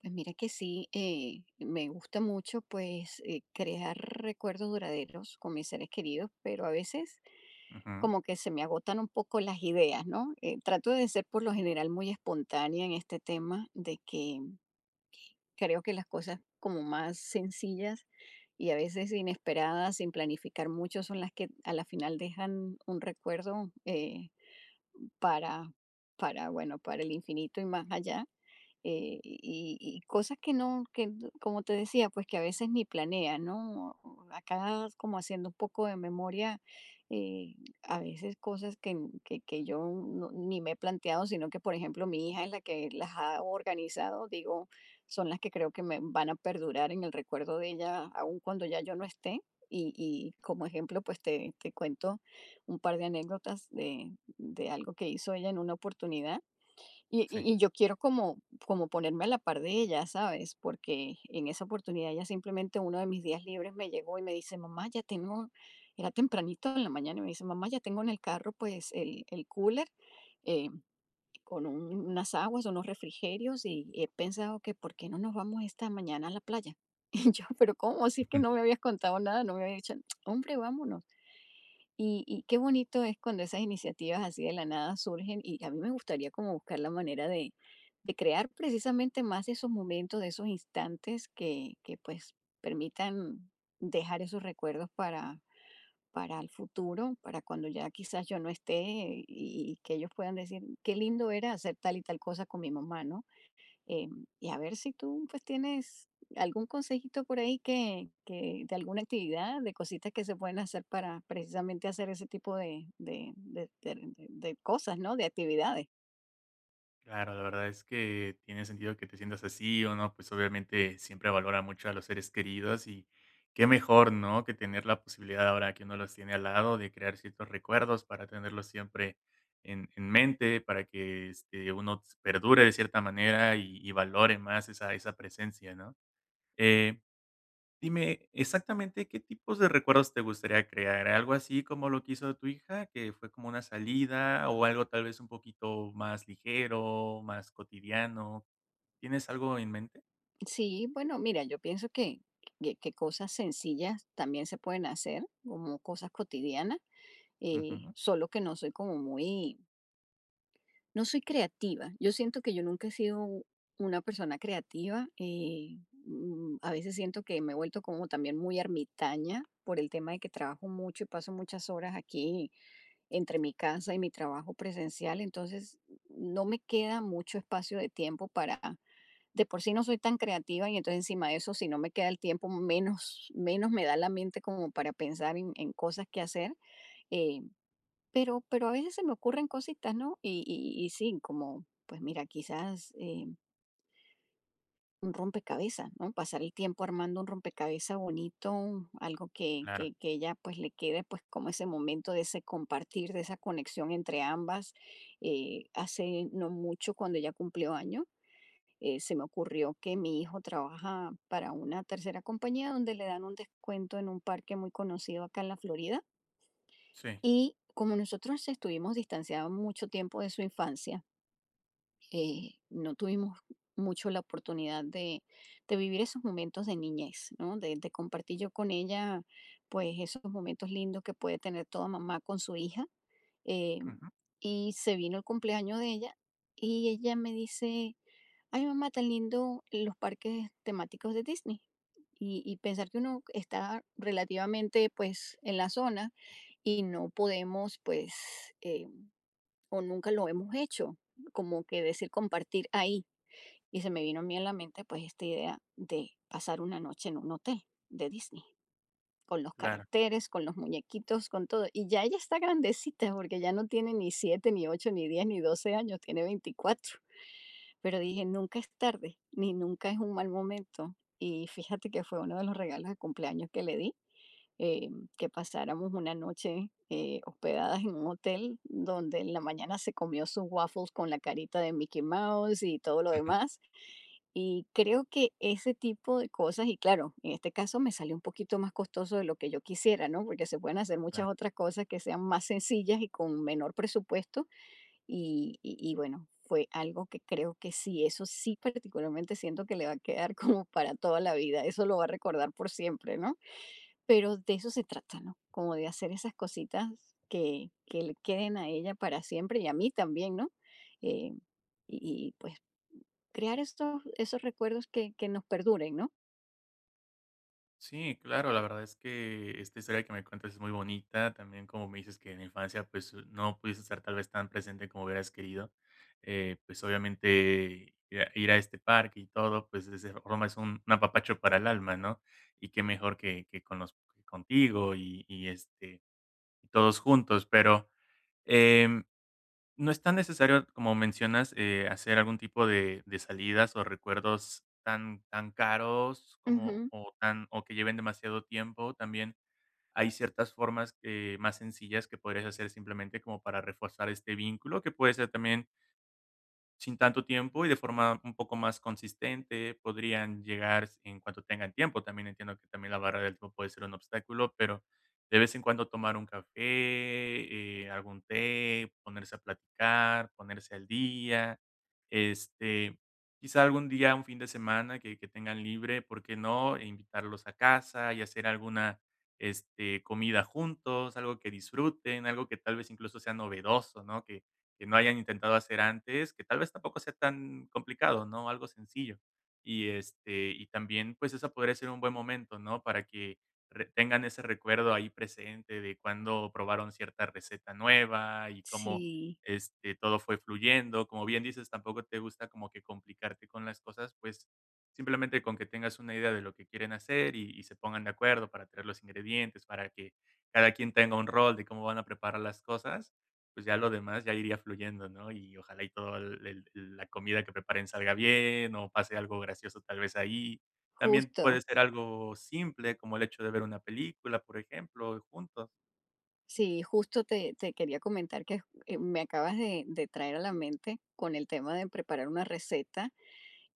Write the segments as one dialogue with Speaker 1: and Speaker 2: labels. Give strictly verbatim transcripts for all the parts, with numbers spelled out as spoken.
Speaker 1: Pues mira que sí, eh, me gusta mucho pues eh, crear recuerdos duraderos con mis seres queridos, pero a veces
Speaker 2: Ujú,
Speaker 1: como que se me agotan un poco las ideas, ¿no? Eh, trato de ser por lo general muy espontánea en este tema de que creo que las cosas como más sencillas y a veces inesperadas, sin planificar mucho, son las que a la final dejan un recuerdo eh, para, para, bueno, para el infinito y más allá. eh, y, y cosas que no, que no- como te decía, pues que a veces ni planea, ¿no? Acá como haciendo un poco de memoria, eh, a veces cosas que, n- que, que yo no- ni me he planteado, sino que por ejemplo mi hija es la que las ha organizado, digo, son las que creo que me van a perdurar en el recuerdo de ella, aun cuando ya yo no esté. Y, y como ejemplo, pues te, te cuento un par de anécdotas de, de algo que hizo ella en una oportunidad y,
Speaker 2: sí.
Speaker 1: y- y yo quiero como, como ponerme a la par de ella, ¿sabes? Porque en esa oportunidad ella simplemente uno de mis días libres me llegó y me dice, mamá, ya tengo, era tempranito en la mañana y me dice, mamá, ya tengo en el carro pues el, el cooler eh, con un- unas aguas, unos refrigerios y he pensado que ¿por qué no nos vamos esta mañana a la playa? Y yo, pero ¿cómo? Si es que no me habías contado nada, no me habías dicho, hombre, vámonos. Y, y qué bonito es cuando esas iniciativas así de la nada surgen y a mí me gustaría como buscar la manera de, de crear precisamente más de esos momentos, de esos instantes que, que pues permitan dejar esos recuerdos para, para el futuro, para cuando ya quizás yo no esté y, y que ellos puedan decir, qué lindo era hacer tal y tal cosa con mi mamá, ¿no? Eh, y a ver si tú pues tienes algún consejito por ahí que, que de alguna actividad, de cositas que se pueden hacer para precisamente hacer ese tipo de, de, de- de- de- de cosas, ¿no? De actividades.
Speaker 2: Claro, la verdad es que tiene sentido que te sientas así o no, pues obviamente siempre valora mucho a los seres queridos y qué mejor, ¿no? Que tener la posibilidad ahora que uno los tiene al lado de crear ciertos recuerdos para tenerlos siempre en, en mente, para que este, uno perdure de cierta manera y, y valore más esa, esa presencia, ¿no? Eh, Dime, exactamente, ¿qué tipos de recuerdos te gustaría crear? ¿Algo así como lo que hizo tu hija, que fue como una salida o algo tal vez un poquito más ligero, más cotidiano? ¿Tienes algo en mente?
Speaker 1: Sí, bueno, mira, yo pienso que, que, que cosas sencillas también se pueden hacer, como cosas cotidianas, eh,
Speaker 2: Ujú,
Speaker 1: solo que no soy como muy. No soy creativa. Yo siento que yo nunca he sido u- una persona creativa. Eh, mm, a veces siento que me he vuelto como también muy ermitaña por el tema de que trabajo mucho y paso muchas horas aquí entre mi casa y mi trabajo presencial. Entonces no me queda mucho espacio de tiempo para... De por sí no soy tan creativa y entonces encima de eso, si no me queda el tiempo, menos, menos me da la mente como para pensar en en cosas que hacer. eh, pero pero a veces se me ocurren cositas, ¿no? Y y y sí, como, pues mira, quizás, eh, un rompecabezas, ¿no? Pasar el tiempo armando un rompecabezas bonito, algo que
Speaker 2: claro,
Speaker 1: que que ella, pues, le quede, pues, como ese momento de ese compartir, de esa conexión entre ambas. Eh, hace no mucho, cuando ella cumplió año eh, se me ocurrió que mi hijo trabaja para una tercera compañía donde le dan un descuento en un parque muy conocido acá en la Florida.
Speaker 2: sí,
Speaker 1: Y como nosotros estuvimos distanciados mucho tiempo de su infancia, eh, no tuvimos mucho la oportunidad de, de vivir esos momentos de niñez, ¿no? De, de compartir yo con ella, pues esos momentos lindos que puede tener toda mamá con su hija. eh,
Speaker 2: ujú,
Speaker 1: y se vino el cumpleaños de ella y ella me dice, a mi mamá tan lindo los parques temáticos de Disney. Y, y pensar que uno está relativamente pues en la zona y no podemos pues eh, o nunca lo hemos hecho, como que decir compartir ahí. Y se me vino a mí en la mente pues esta idea de pasar una noche en un hotel de Disney, con los
Speaker 2: claro,
Speaker 1: caracteres, con los muñequitos, con todo. Y ya ella está grandecita porque ya no tiene ni siete ni ocho ni diez ni doce años, tiene veinticuatro. Pero dije, nunca es tarde, ni nunca es un mal momento. Y fíjate que fue uno de los regalos de cumpleaños que le di, eh, que pasáramos una noche eh, hospedadas en un hotel donde en la mañana se comió sus waffles con la carita de Mickey Mouse y todo lo demás. Y creo que ese tipo de cosas, y claro, en este caso me salió un poquito más costoso de lo que yo quisiera, ¿no? Porque se pueden hacer muchas
Speaker 2: claro.
Speaker 1: otras cosas que sean más sencillas y con menor presupuesto, y y y bueno, fue algo que creo que sí, eso sí, particularmente siento que le va a quedar como para toda la vida, eso lo va a recordar por siempre, ¿no? Pero de eso se trata, ¿no? Como de hacer esas cositas que que le queden a ella para siempre y a mí también, ¿no? Eh, y y pues crear estos esos recuerdos que que nos perduren, ¿no?
Speaker 2: Sí, claro, la verdad es que esta historia que me cuentas es muy bonita, también como me dices que en la infancia pues no pudiste estar tal vez tan presente como hubieras querido. Eh, pues obviamente ir a, ir a este parque y todo, pues de esa forma es un, un apapacho para el alma, ¿no? Y qué mejor que, que con los, que contigo y, y, este, y todos juntos, pero em, no es tan necesario, como mencionas. Eh, hacer algún tipo de de salidas o recuerdos tan tan caros como
Speaker 1: Ujú.
Speaker 2: o tan o que lleven demasiado tiempo. También hay ciertas formas, eh, más sencillas que podrías hacer simplemente como para reforzar este vínculo, que puede ser también sin tanto tiempo y de forma un poco más consistente podrían llegar en cuanto tengan tiempo. También entiendo que también la barra del tiempo puede ser un obstáculo, pero de vez en cuando tomar un café, eh, algún té, ponerse a platicar, ponerse al día, este, quizá algún día, un fin de semana que, que tengan libre, ¿por qué no? E invitarlos a casa y hacer alguna este, comida juntos, algo que disfruten, algo que tal vez incluso sea novedoso, ¿no? Que, que no hayan intentado hacer antes, que tal vez tampoco sea tan complicado, ¿no? Algo sencillo. Y, este, y también, pues, eso podría ser un buen momento, ¿no? Para que re- tengan ese recuerdo ahí presente de cuando probaron cierta receta nueva y cómo
Speaker 1: Sí,
Speaker 2: este, todo fue fluyendo. Como bien dices, tampoco te gusta como que complicarte con las cosas, pues simplemente con que tengas una idea de lo que quieren hacer y, y se pongan de acuerdo para traer los ingredientes, para que cada quien tenga un rol de cómo van a preparar las cosas, pues ya lo demás ya iría fluyendo, ¿no? Y ojalá y todo la comida que preparen salga bien o pase algo gracioso tal vez ahí. También puede
Speaker 1: justo.
Speaker 2: ser algo simple, como el hecho de ver una película, por ejemplo, juntos.
Speaker 1: Sí, justo te te quería comentar que, eh, me acabas de de traer a la mente con el tema de preparar una receta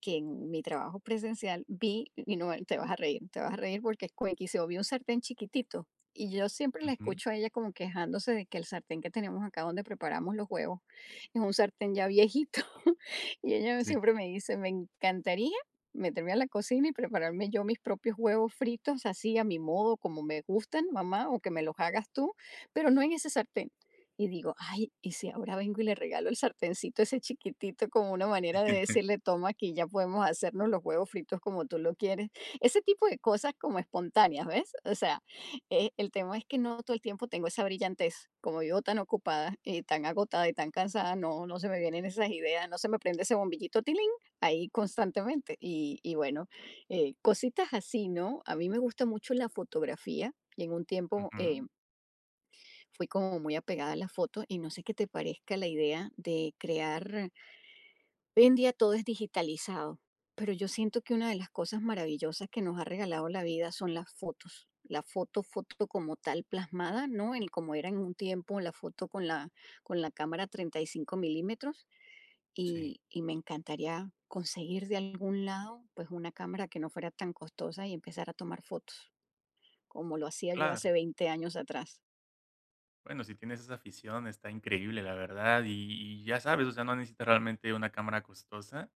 Speaker 1: que en mi trabajo presencial vi, y no te vas a reír, te vas a reír porque es cuenquísimo, vi un sartén chiquitito y yo siempre la
Speaker 2: Ujú,
Speaker 1: escucho a ella como quejándose de que el sartén que tenemos acá donde preparamos los huevos es un sartén ya viejito. Y ella
Speaker 2: sí.
Speaker 1: siempre me dice, me encantaría meterme a la cocina y prepararme yo mis propios huevos fritos así a mi modo, como me gustan, mamá, o que me los hagas tú, pero no en ese sartén. Y digo, ay, ¿y si ahora vengo y le regalo el sartencito ese chiquitito como una manera de decirle, toma, aquí ya podemos hacernos los huevos fritos como tú lo quieres? Ese tipo de cosas como espontáneas, ¿ves? O sea, eh, el tema es que no todo el tiempo tengo esa brillantez. Como vivo tan ocupada y tan agotada y tan cansada, no, no se me vienen esas ideas, no se me prende ese bombillito tilín ahí constantemente. Y, y bueno, eh, cositas así, ¿no? A mí me gusta mucho la fotografía y en un tiempo eh,
Speaker 2: Ujú,
Speaker 1: fui como muy apegada a la foto y no sé qué te parezca la idea de crear, hoy en día todo es digitalizado, pero yo siento que una de las cosas maravillosas que nos ha regalado la vida son las fotos. La foto, foto como tal plasmada, ¿no? En como era en un tiempo la foto con la, con la cámara treinta y cinco milímetros
Speaker 2: sí,
Speaker 1: y, y me encantaría conseguir de algún lado pues una cámara que no fuera tan costosa y empezar a tomar fotos, como lo hacía yo hace
Speaker 2: claro.
Speaker 1: veinte años atrás.
Speaker 2: Bueno, si tienes esa afición, está increíble, la verdad. Y, y ya sabes, o sea, no necesitas realmente una cámara costosa.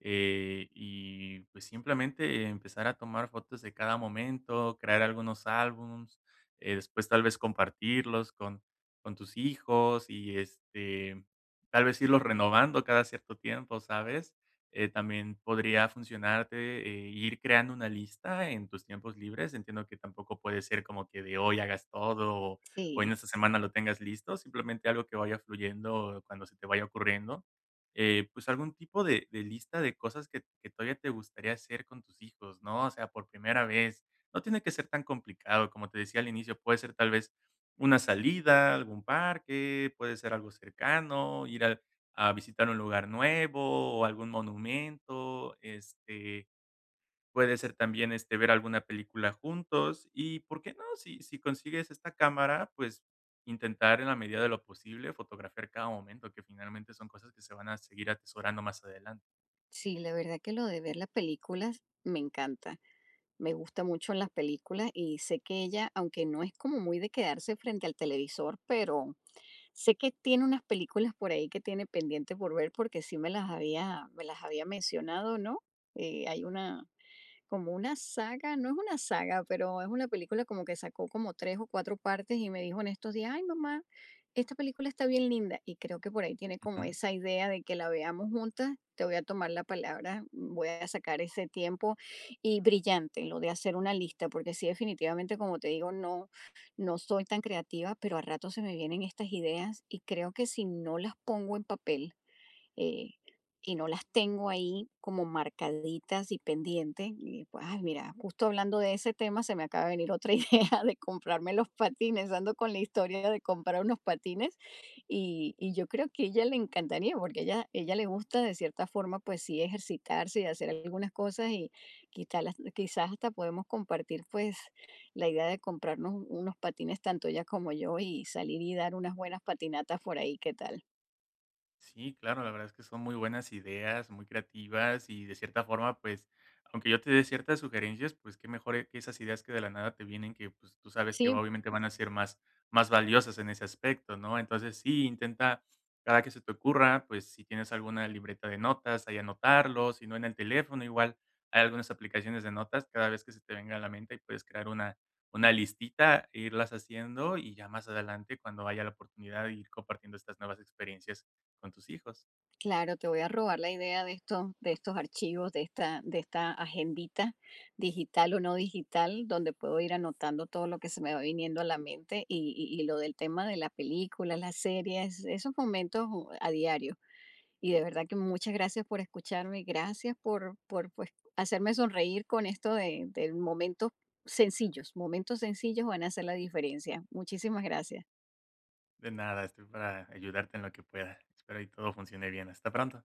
Speaker 2: eh, Y pues simplemente empezar a tomar fotos de cada momento, crear algunos álbums, eh, después tal vez compartirlos con, con tus hijos y este, tal vez irlos renovando cada cierto tiempo, ¿sabes? Eh, también podría funcionarte, eh, ir creando una lista en tus tiempos libres. Entiendo que tampoco puede ser como que de hoy hagas todo o en
Speaker 1: Sí.
Speaker 2: esta semana lo tengas listo, simplemente algo que vaya fluyendo cuando se te vaya ocurriendo. Eh, pues algún tipo de, de lista de cosas que, que todavía te gustaría hacer con tus hijos, ¿no? O sea, por primera vez. No tiene que ser tan complicado, como te decía al inicio, puede ser tal vez una salida, algún parque, puede ser algo cercano, ir al- a visitar un lugar nuevo o algún monumento. este, Puede ser también, este, ver alguna película juntos y, ¿por qué no? Si si consigues esta cámara, pues, intentar en la medida de lo posible fotografiar cada momento, que finalmente son cosas que se van a seguir atesorando más adelante.
Speaker 1: Sí, la verdad que lo de ver las películas me encanta. Me gusta mucho las películas y sé que ella, aunque no es como muy de quedarse frente al televisor, pero sé que tiene unas películas por ahí que tiene pendiente por ver porque sí me las había, me las había mencionado, ¿no? Eh, hay una, como una saga, no es una saga, pero es una película como que sacó como tres o cuatro partes y me dijo en estos días, ay mamá, esta película está bien linda y creo que por ahí tiene como
Speaker 2: Ujú.
Speaker 1: esa idea de que la veamos juntas, te voy a tomar la palabra, voy a sacar ese tiempo y brillante lo de hacer una lista, porque sí, definitivamente, como te digo, no, no soy tan creativa, pero a rato se me vienen estas ideas y creo que si no las pongo en papel, eh, y no las tengo ahí como marcaditas y pendientes. Y pues, ay, mira, justo hablando de ese tema, se me acaba de venir otra idea de comprarme los patines. Ando con la historia de comprar unos patines y, y yo creo que a ella le encantaría porque a ella, ella le gusta de cierta forma, pues sí, ejercitarse y hacer algunas cosas y quizás, quizás hasta podemos compartir pues la idea de comprarnos unos patines tanto ella como yo y salir y dar unas buenas patinatas por ahí, ¿qué tal?
Speaker 2: Sí, claro, la verdad es que son muy buenas ideas, muy creativas y de cierta forma, pues, aunque yo te dé ciertas sugerencias, pues qué mejor e- que esas ideas que de la nada te vienen, que pues tú sabes que
Speaker 1: Sí.
Speaker 2: obviamente van a ser más, más valiosas en ese aspecto, ¿no? Entonces sí, intenta cada que se te ocurra, pues si tienes alguna libreta de notas, ahí anotarlo, si no en el teléfono, igual hay algunas aplicaciones de notas, cada vez que se te venga a la mente y puedes crear una, una listita, e irlas haciendo y ya más adelante, cuando haya la oportunidad, ir compartiendo estas nuevas experiencias con tus hijos.
Speaker 1: Claro, te voy a robar la idea de estos, de estos archivos, de esta, de esta agendita digital o no digital, donde puedo ir anotando todo lo que se me va viniendo a la mente y, y- y lo del tema de la película, las series, esos momentos uh, a diario. Y de verdad que muchas gracias por escucharme, gracias por, por pues, hacerme sonreír con esto de, de momentos sencillos. Momentos sencillos van a hacer la diferencia. Muchísimas gracias.
Speaker 2: De nada, estoy para ayudarte en lo que pueda. Espero y todo funcione bien. Hasta pronto.